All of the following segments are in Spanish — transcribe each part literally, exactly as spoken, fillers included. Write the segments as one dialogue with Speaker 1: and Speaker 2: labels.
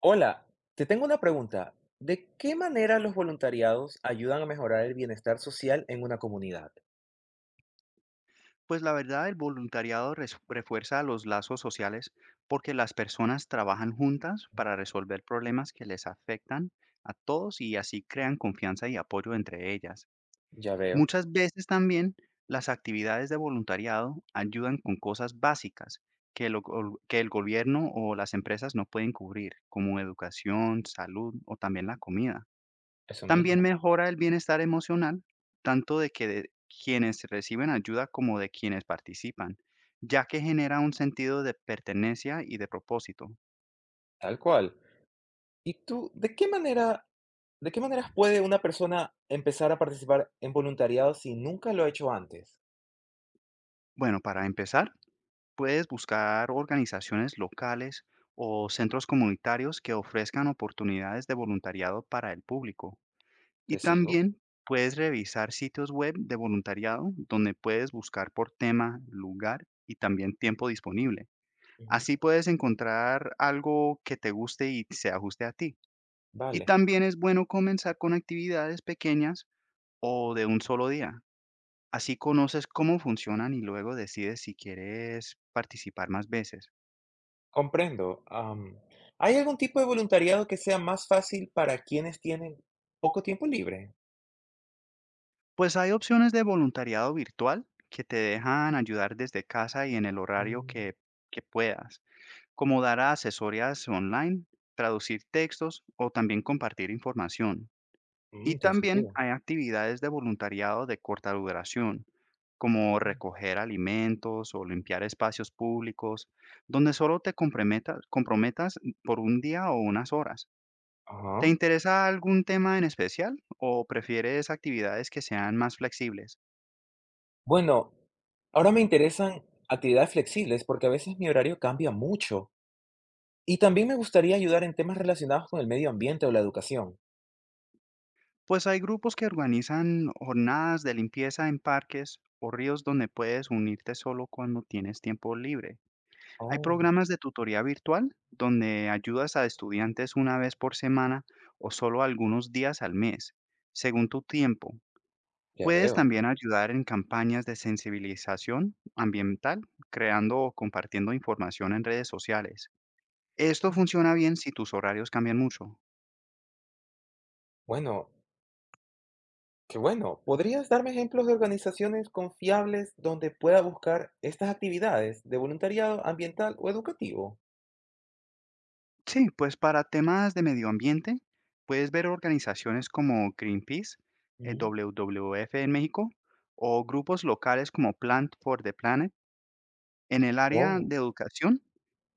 Speaker 1: Hola, te tengo una pregunta. ¿De qué manera los voluntariados ayudan a mejorar el bienestar social en una comunidad?
Speaker 2: Pues la verdad, el voluntariado res- refuerza los lazos sociales porque las personas trabajan juntas para resolver problemas que les afectan a todos y así crean confianza y apoyo entre ellas.
Speaker 1: Ya veo,
Speaker 2: Muchas veces también las actividades de voluntariado ayudan con cosas básicas que, lo gol- que el gobierno o las empresas no pueden cubrir, como educación, salud o también la comida.
Speaker 1: eso
Speaker 2: También
Speaker 1: mismo,
Speaker 2: mejora el bienestar emocional, tanto de que de quienes reciben ayuda como de quienes participan, ya que genera un sentido de pertenencia y de propósito.
Speaker 1: tal cual. ¿Y tú, de qué manera, de qué maneras puede una persona empezar a participar en voluntariado si nunca lo ha hecho antes?
Speaker 2: Bueno, para empezar, puedes buscar organizaciones locales o centros comunitarios que ofrezcan oportunidades de voluntariado para el público. Y
Speaker 1: Te sigo.
Speaker 2: también puedes revisar sitios web de voluntariado donde puedes buscar por tema, lugar y también tiempo disponible.
Speaker 1: Ujú.
Speaker 2: Así puedes encontrar algo que te guste y se ajuste a ti. Y
Speaker 1: Vale,
Speaker 2: también es bueno comenzar con actividades pequeñas o de un solo día. Así conoces cómo funcionan y luego decides si quieres participar más veces.
Speaker 1: comprendo. Am, ¿hay algún tipo de voluntariado que sea más fácil para quienes tienen poco tiempo libre?
Speaker 2: Pues hay opciones de voluntariado virtual que te dejan ayudar desde casa y en el horario
Speaker 1: Mm,
Speaker 2: que, que puedas, como dar asesorías online, traducir textos o también compartir información. Y
Speaker 1: mm, tiene
Speaker 2: también
Speaker 1: sentido.
Speaker 2: hay actividades de voluntariado de corta duración, como recoger alimentos o limpiar espacios públicos, donde solo te comprometa- comprometas por un día o unas horas. ¿Te
Speaker 1: Ajá.
Speaker 2: interesa algún tema en especial o prefieres actividades que sean más flexibles?
Speaker 1: Bueno, ahora me interesan actividades flexibles porque a veces mi horario cambia mucho y también me gustaría ayudar en temas relacionados con el medio ambiente o la educación.
Speaker 2: Pues hay grupos que organizan jornadas de limpieza en parques o ríos donde puedes unirte solo cuando tienes tiempo libre. Hay
Speaker 1: Oh,
Speaker 2: programas de tutoría virtual donde ayudas a estudiantes una vez por semana o solo algunos días al mes, según tu tiempo.
Speaker 1: ya
Speaker 2: Puedes
Speaker 1: veo.
Speaker 2: también ayudar en campañas de sensibilización ambiental, creando o compartiendo información en redes sociales. Esto
Speaker 1: Mm,
Speaker 2: funciona bien si tus horarios cambian mucho.
Speaker 1: bueno, qué bueno. ¿Podrías darme ejemplos de organizaciones confiables donde pueda buscar estas actividades de voluntariado ambiental o educativo?
Speaker 2: Sí, pues para temas de medio ambiente, puedes ver organizaciones como Greenpeace, el
Speaker 1: Mm.
Speaker 2: W W F en México, o grupos locales como Plant for the Planet. En el área
Speaker 1: Oh,
Speaker 2: de educación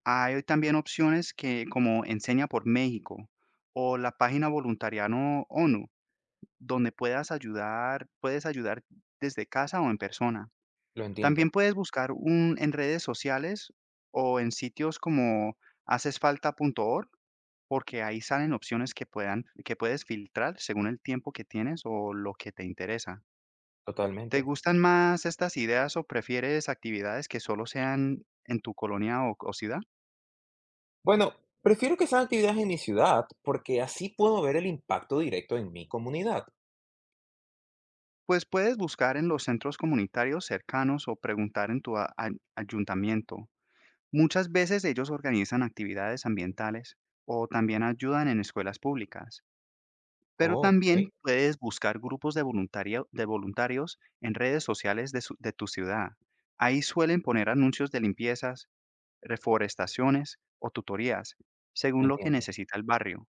Speaker 2: hay también opciones que, como Enseña por México o la página Voluntariano O N U, donde puedas ayudar, puedes ayudar desde casa o en persona.
Speaker 1: lo
Speaker 2: También
Speaker 1: entiendo,
Speaker 2: puedes buscar un, en redes sociales o en sitios como hacesfalta punto org, porque ahí salen opciones que puedan, que puedes filtrar según el tiempo que tienes o lo que te interesa. ¿Te
Speaker 1: totalmente.
Speaker 2: gustan más estas ideas o prefieres actividades que solo sean en tu colonia o, o ciudad?
Speaker 1: Bueno, prefiero que sean actividades en mi ciudad porque así puedo ver el impacto directo en mi comunidad.
Speaker 2: Pues puedes buscar en los centros comunitarios cercanos o preguntar en tu a- a- ayuntamiento. Muchas veces ellos organizan actividades ambientales o también ayudan en escuelas públicas. Pero
Speaker 1: Oh,
Speaker 2: también
Speaker 1: ok,
Speaker 2: puedes buscar grupos de voluntario- de voluntarios en redes sociales de, su- de tu ciudad. Ahí suelen poner anuncios de limpiezas, reforestaciones o tutorías, según lo que
Speaker 1: entiendo.
Speaker 2: necesita el barrio.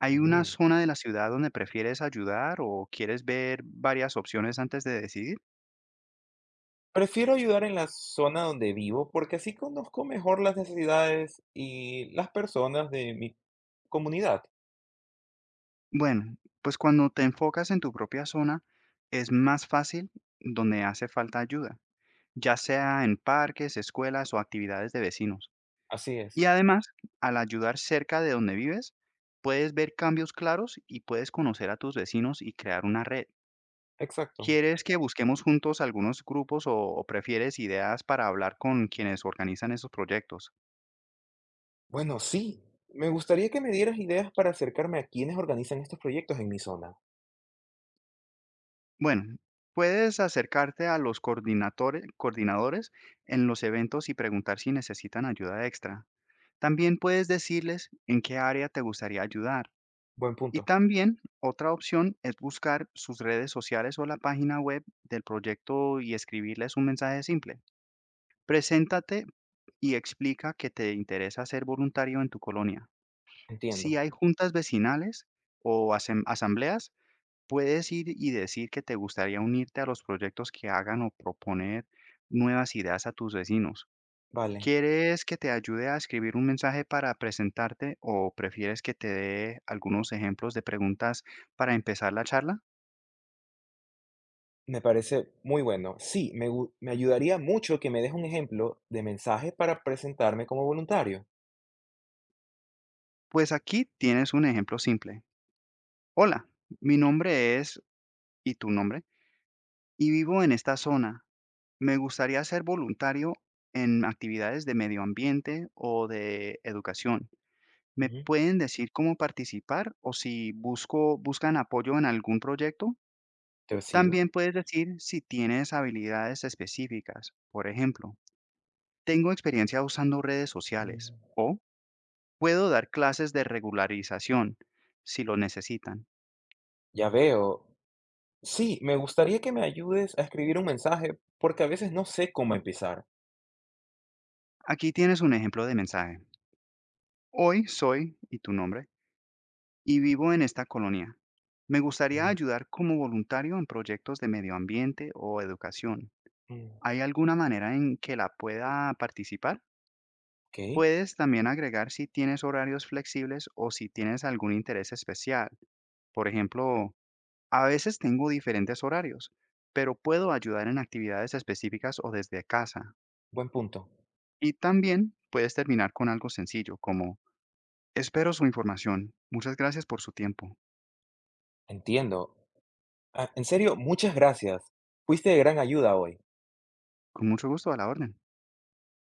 Speaker 2: ¿Hay una
Speaker 1: Mm.
Speaker 2: zona de la ciudad donde prefieres ayudar o quieres ver varias opciones antes de decidir?
Speaker 1: Prefiero ayudar en la zona donde vivo porque así conozco mejor las necesidades y las personas de mi comunidad.
Speaker 2: Bueno, pues cuando te enfocas en tu propia zona, es más fácil donde hace falta ayuda, ya sea en parques, escuelas o actividades de vecinos.
Speaker 1: Así
Speaker 2: Y
Speaker 1: es,
Speaker 2: además, al ayudar cerca de donde vives, puedes ver cambios claros y puedes conocer a tus vecinos y crear una red.
Speaker 1: exacto.
Speaker 2: ¿Quieres que busquemos juntos algunos grupos o, o prefieres ideas para hablar con quienes organizan esos proyectos?
Speaker 1: Bueno, sí, me gustaría que me dieras ideas para acercarme a quienes organizan estos proyectos en mi zona.
Speaker 2: Bueno, puedes acercarte a los coordinatore- coordinadores en los eventos y preguntar si necesitan ayuda extra. También puedes decirles en qué área te gustaría ayudar.
Speaker 1: Buen
Speaker 2: Y
Speaker 1: punto,
Speaker 2: también otra opción es buscar sus redes sociales o la página web del proyecto y escribirles un mensaje simple. Preséntate y explica que te interesa ser voluntario en tu colonia. Si
Speaker 1: entiendo.
Speaker 2: hay juntas vecinales o asem- asambleas, puedes ir y decir que te gustaría unirte a los proyectos que hagan o proponer nuevas ideas a tus vecinos.
Speaker 1: Vale,
Speaker 2: ¿Quieres que te ayude a escribir un mensaje para presentarte o prefieres que te dé algunos ejemplos de preguntas para empezar la charla?
Speaker 1: me parece muy bueno. Sí, me, gu- me ayudaría mucho que me des un ejemplo de mensaje para presentarme como voluntario.
Speaker 2: Pues aquí tienes un ejemplo simple. Hola, mi nombre es y tu nombre y vivo en esta zona. Me gustaría ser voluntario en actividades de medio ambiente o de educación. ¿Me
Speaker 1: Ujú.
Speaker 2: pueden decir cómo participar o si busco, buscan apoyo en algún proyecto?
Speaker 1: ¿Te sigo?
Speaker 2: También puedes decir si tienes habilidades específicas. Por ejemplo, tengo experiencia usando redes sociales
Speaker 1: Mm.
Speaker 2: o puedo dar clases de regularización si lo necesitan.
Speaker 1: Ya veo. Sí, me gustaría que me ayudes a escribir un mensaje porque a veces no sé cómo empezar.
Speaker 2: Aquí tienes un ejemplo de mensaje. Hoy soy, y tu nombre, y vivo en esta colonia. Me gustaría
Speaker 1: Ujú.
Speaker 2: ayudar como voluntario en proyectos de medio ambiente o educación.
Speaker 1: Mm.
Speaker 2: ¿Hay alguna manera en que la pueda participar?
Speaker 1: Ok,
Speaker 2: Puedes también agregar si tienes horarios flexibles o si tienes algún interés especial. Por ejemplo, a veces tengo diferentes horarios, pero puedo ayudar en actividades específicas o desde casa.
Speaker 1: buen punto.
Speaker 2: Y también puedes terminar con algo sencillo como, espero su información. Muchas gracias por su tiempo.
Speaker 1: Entiendo. Ah, en serio, muchas gracias. Fuiste de gran ayuda hoy.
Speaker 2: Con mucho gusto, a la orden.